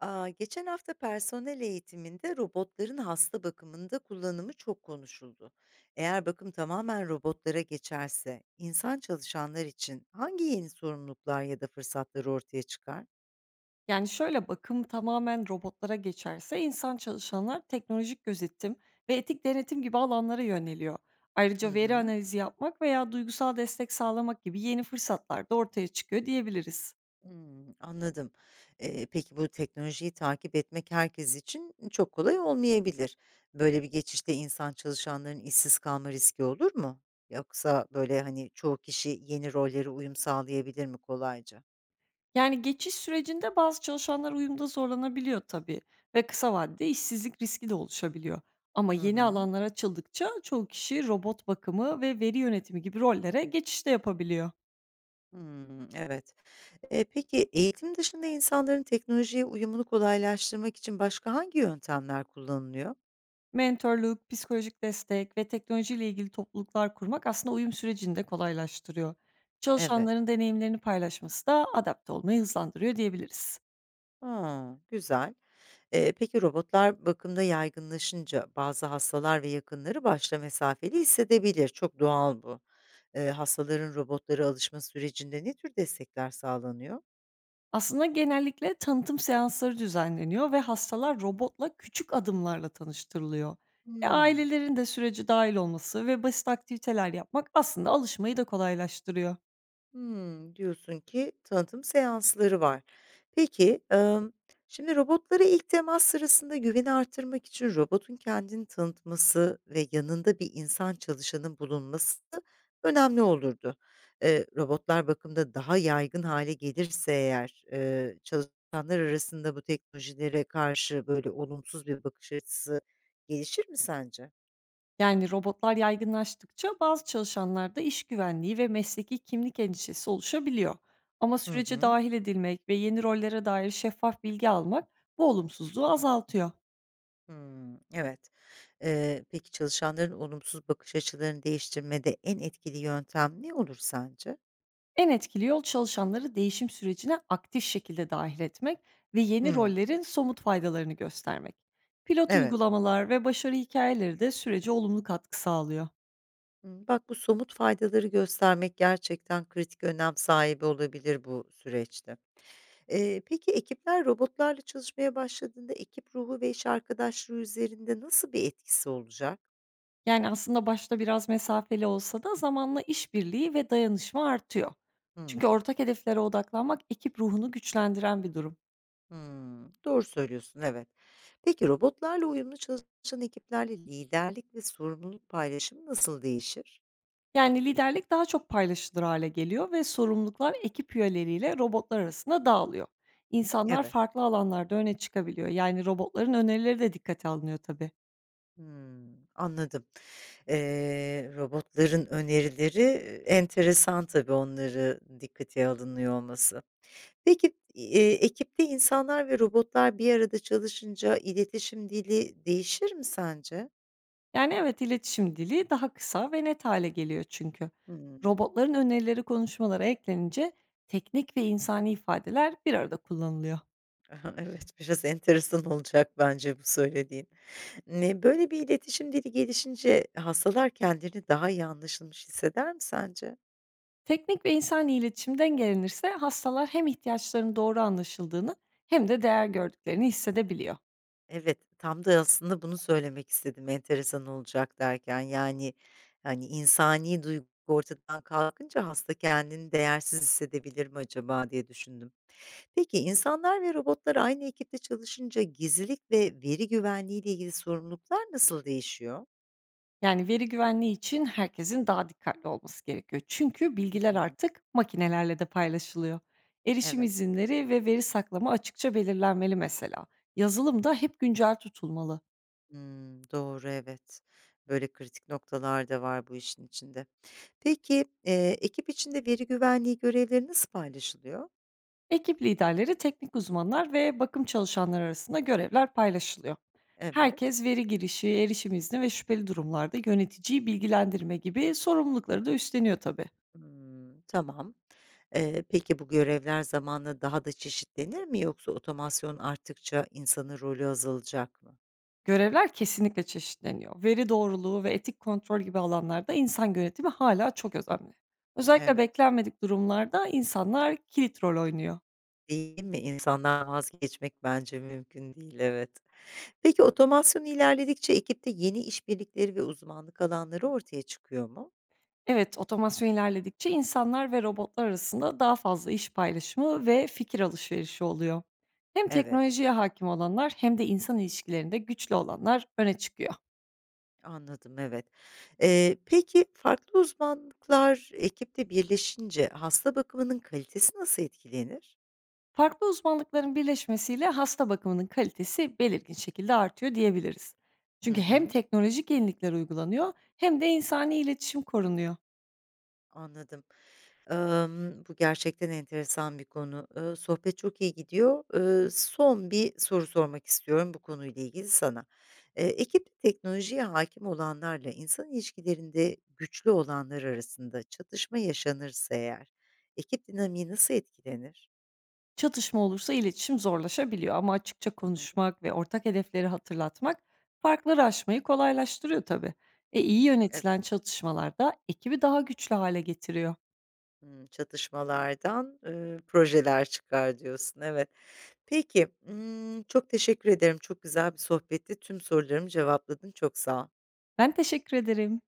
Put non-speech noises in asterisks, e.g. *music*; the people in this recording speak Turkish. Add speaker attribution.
Speaker 1: Geçen hafta personel eğitiminde robotların hasta bakımında kullanımı çok konuşuldu. Eğer bakım tamamen robotlara geçerse, insan çalışanlar için hangi yeni sorumluluklar ya da fırsatlar ortaya çıkar?
Speaker 2: Yani, şöyle, bakım tamamen robotlara geçerse insan çalışanlar teknolojik gözetim ve etik denetim gibi alanlara yöneliyor.
Speaker 1: Hı
Speaker 2: Ayrıca veri
Speaker 1: hı.
Speaker 2: analizi yapmak veya duygusal destek sağlamak gibi yeni fırsatlar da ortaya çıkıyor diyebiliriz.
Speaker 1: Hımm, anladım. Peki bu teknolojiyi takip etmek herkes için çok kolay olmayabilir. Böyle bir geçişte insan çalışanların işsiz kalma riski olur mu? Yoksa böyle, hani, çoğu kişi yeni rollere uyum sağlayabilir mi kolayca?
Speaker 2: Yani geçiş sürecinde bazı çalışanlar uyumda zorlanabiliyor tabii ve kısa vadede işsizlik riski de oluşabiliyor. Ama
Speaker 1: Hı
Speaker 2: yeni
Speaker 1: hı.
Speaker 2: alanlar açıldıkça çoğu kişi robot bakımı ve veri yönetimi gibi rollere geçiş de yapabiliyor.
Speaker 1: Hımm, evet. Peki eğitim dışında insanların teknolojiye uyumunu kolaylaştırmak için başka hangi yöntemler kullanılıyor?
Speaker 2: Mentorluk, psikolojik destek ve teknolojiyle ilgili topluluklar kurmak aslında uyum sürecini de kolaylaştırıyor.
Speaker 1: Evet.
Speaker 2: Çalışanların deneyimlerini paylaşması da adapte olmayı hızlandırıyor diyebiliriz.
Speaker 1: Ha, güzel. Peki robotlar bakımda yaygınlaşınca bazı hastalar ve yakınları başta mesafeli hissedebilir. Çok doğal bu. Hastaların robotlara alışma sürecinde ne tür destekler sağlanıyor?
Speaker 2: Aslında genellikle tanıtım seansları düzenleniyor ve hastalar robotla küçük adımlarla tanıştırılıyor.
Speaker 1: Hıı.
Speaker 2: Ailelerin de sürece dahil olması ve basit aktiviteler yapmak aslında alışmayı da kolaylaştırıyor.
Speaker 1: Hımm, diyorsun ki tanıtım seansları var. Peki, şimdi robotlara ilk temas sırasında güveni artırmak için robotun kendini tanıtması ve yanında bir insan çalışanın bulunması önemli olurdu. Robotlar bakımda daha yaygın hale gelirse eğer, çalışanlar arasında bu teknolojilere karşı böyle olumsuz bir bakış açısı gelişir mi sence?
Speaker 2: Yani robotlar yaygınlaştıkça bazı çalışanlarda iş güvenliği ve mesleki kimlik endişesi oluşabiliyor. Ama
Speaker 1: Hı
Speaker 2: sürece
Speaker 1: hı.
Speaker 2: dahil edilmek ve yeni rollere dair şeffaf bilgi almak bu olumsuzluğu azaltıyor.
Speaker 1: Hımm, evet. Peki çalışanların olumsuz bakış açılarını değiştirmede en etkili yöntem ne olur sence?
Speaker 2: En etkili yol çalışanları değişim sürecine aktif şekilde dahil etmek ve yeni
Speaker 1: Hımm,
Speaker 2: rollerin somut faydalarını göstermek. Pilot
Speaker 1: evet.
Speaker 2: uygulamalar ve başarı hikayeleri de sürece olumlu katkı sağlıyor.
Speaker 1: Hımm, bak bu somut faydaları göstermek gerçekten kritik önem sahibi olabilir bu süreçte. Peki ekipler robotlarla çalışmaya başladığında ekip ruhu ve iş arkadaşlığı üzerinde nasıl bir etkisi olacak?
Speaker 2: Yani, aslında başta biraz mesafeli olsa da zamanla işbirliği ve dayanışma artıyor. Çünkü
Speaker 1: Hımm,
Speaker 2: ortak hedeflere odaklanmak ekip ruhunu güçlendiren bir durum.
Speaker 1: hımm, doğru söylüyorsun, evet. Peki robotlarla uyumlu çalışan ekiplerle liderlik ve sorumluluk paylaşımı nasıl değişir?
Speaker 2: Yani, liderlik daha çok paylaşılır hale geliyor ve sorumluluklar ekip üyeleriyle robotlar arasında dağılıyor. İnsanlar
Speaker 1: Evet.
Speaker 2: farklı alanlarda öne çıkabiliyor. Yani, robotların önerileri de dikkate alınıyor tabii.
Speaker 1: Hımm, anladım. Robotların önerileri, enteresan tabii onları dikkate alınıyor olması. Peki, ekipte insanlar ve robotlar bir arada çalışınca iletişim dili değişir mi sence?
Speaker 2: Yani, evet, iletişim dili daha kısa ve net hale geliyor çünkü.
Speaker 1: Hımm.
Speaker 2: Robotların önerileri konuşmalara eklenince teknik ve insani ifadeler bir arada kullanılıyor.
Speaker 1: Aha, *laughs* evet, biraz enteresan olacak bence bu söylediğin. Ne böyle bir iletişim dili gelişince hastalar kendilerini daha iyi anlaşılmış hisseder mi sence?
Speaker 2: Teknik ve insani iletişim dengelenirse hastalar hem ihtiyaçlarının doğru anlaşıldığını hem de değer gördüklerini hissedebiliyor.
Speaker 1: Evet, tam da aslında bunu söylemek istedim enteresan olacak derken. Yani, hani, insani duygu ortadan kalkınca hasta kendini değersiz hissedebilir mi acaba diye düşündüm. Peki insanlar ve robotlar aynı ekipte çalışınca gizlilik ve veri güvenliği ile ilgili sorumluluklar nasıl değişiyor?
Speaker 2: Yani veri güvenliği için herkesin daha dikkatli olması gerekiyor. Çünkü bilgiler
Speaker 1: Hımm,
Speaker 2: artık makinelerle de paylaşılıyor. Erişim
Speaker 1: evet.
Speaker 2: izinleri ve veri saklama açıkça belirlenmeli mesela. Yazılım da hep güncel tutulmalı.
Speaker 1: Hımm, doğru, evet. Böyle kritik noktalar da var bu işin içinde. Peki, ekip içinde veri güvenliği görevleri nasıl paylaşılıyor?
Speaker 2: Ekip liderleri, teknik uzmanlar ve bakım çalışanları arasında görevler paylaşılıyor.
Speaker 1: Evet.
Speaker 2: Herkes veri girişi, erişim izni ve şüpheli durumlarda yöneticiyi bilgilendirme gibi sorumlulukları da üstleniyor tabii.
Speaker 1: Hımm, tamam. Peki bu görevler zamanla daha da çeşitlenir mi yoksa otomasyon arttıkça insanın rolü azalacak mı?
Speaker 2: Görevler kesinlikle çeşitleniyor. Veri doğruluğu ve etik kontrol gibi alanlarda insan yönetimi hala çok önemli. Özellikle
Speaker 1: Evet,
Speaker 2: beklenmedik durumlarda insanlar kilit rol oynuyor.
Speaker 1: değil mi? İnsandan vazgeçmek bence mümkün değil, evet. Peki otomasyon ilerledikçe ekipte yeni işbirlikleri ve uzmanlık alanları ortaya çıkıyor mu?
Speaker 2: Evet, otomasyon ilerledikçe insanlar ve robotlar arasında daha fazla iş paylaşımı ve fikir alışverişi oluyor. Hem
Speaker 1: Evet,
Speaker 2: teknolojiye hakim olanlar hem de insan ilişkilerinde güçlü olanlar öne çıkıyor.
Speaker 1: anladım, evet. Peki farklı uzmanlıklar ekipte birleşince hasta bakımının kalitesi nasıl etkilenir?
Speaker 2: Farklı uzmanlıkların birleşmesiyle hasta bakımının kalitesi belirgin şekilde artıyor diyebiliriz.
Speaker 1: Hı
Speaker 2: Çünkü hem
Speaker 1: hı,
Speaker 2: teknolojik yenilikler uygulanıyor hem de insani iletişim korunuyor.
Speaker 1: anladım. Bu gerçekten enteresan bir konu. Sohbet çok iyi gidiyor. Son bir soru sormak istiyorum bu konuyla ilgili sana. Ekipte teknolojiye hakim olanlarla insan ilişkilerinde güçlü olanlar arasında çatışma yaşanırsa eğer ekip dinamiği nasıl etkilenir?
Speaker 2: Çatışma olursa iletişim zorlaşabiliyor ama açıkça
Speaker 1: Hı hı.
Speaker 2: konuşmak ve ortak hedefleri hatırlatmak farkları aşmayı kolaylaştırıyor tabii. İyi
Speaker 1: Evet.
Speaker 2: yönetilen çatışmalarda ekibi daha güçlü hale getiriyor.
Speaker 1: Hımm, çatışmalardan, projeler çıkar diyorsun. Evet. Peki, çok teşekkür ederim. Çok güzel bir sohbetti. Tüm sorularımı cevapladın. Çok sağ ol.
Speaker 2: Ben teşekkür ederim.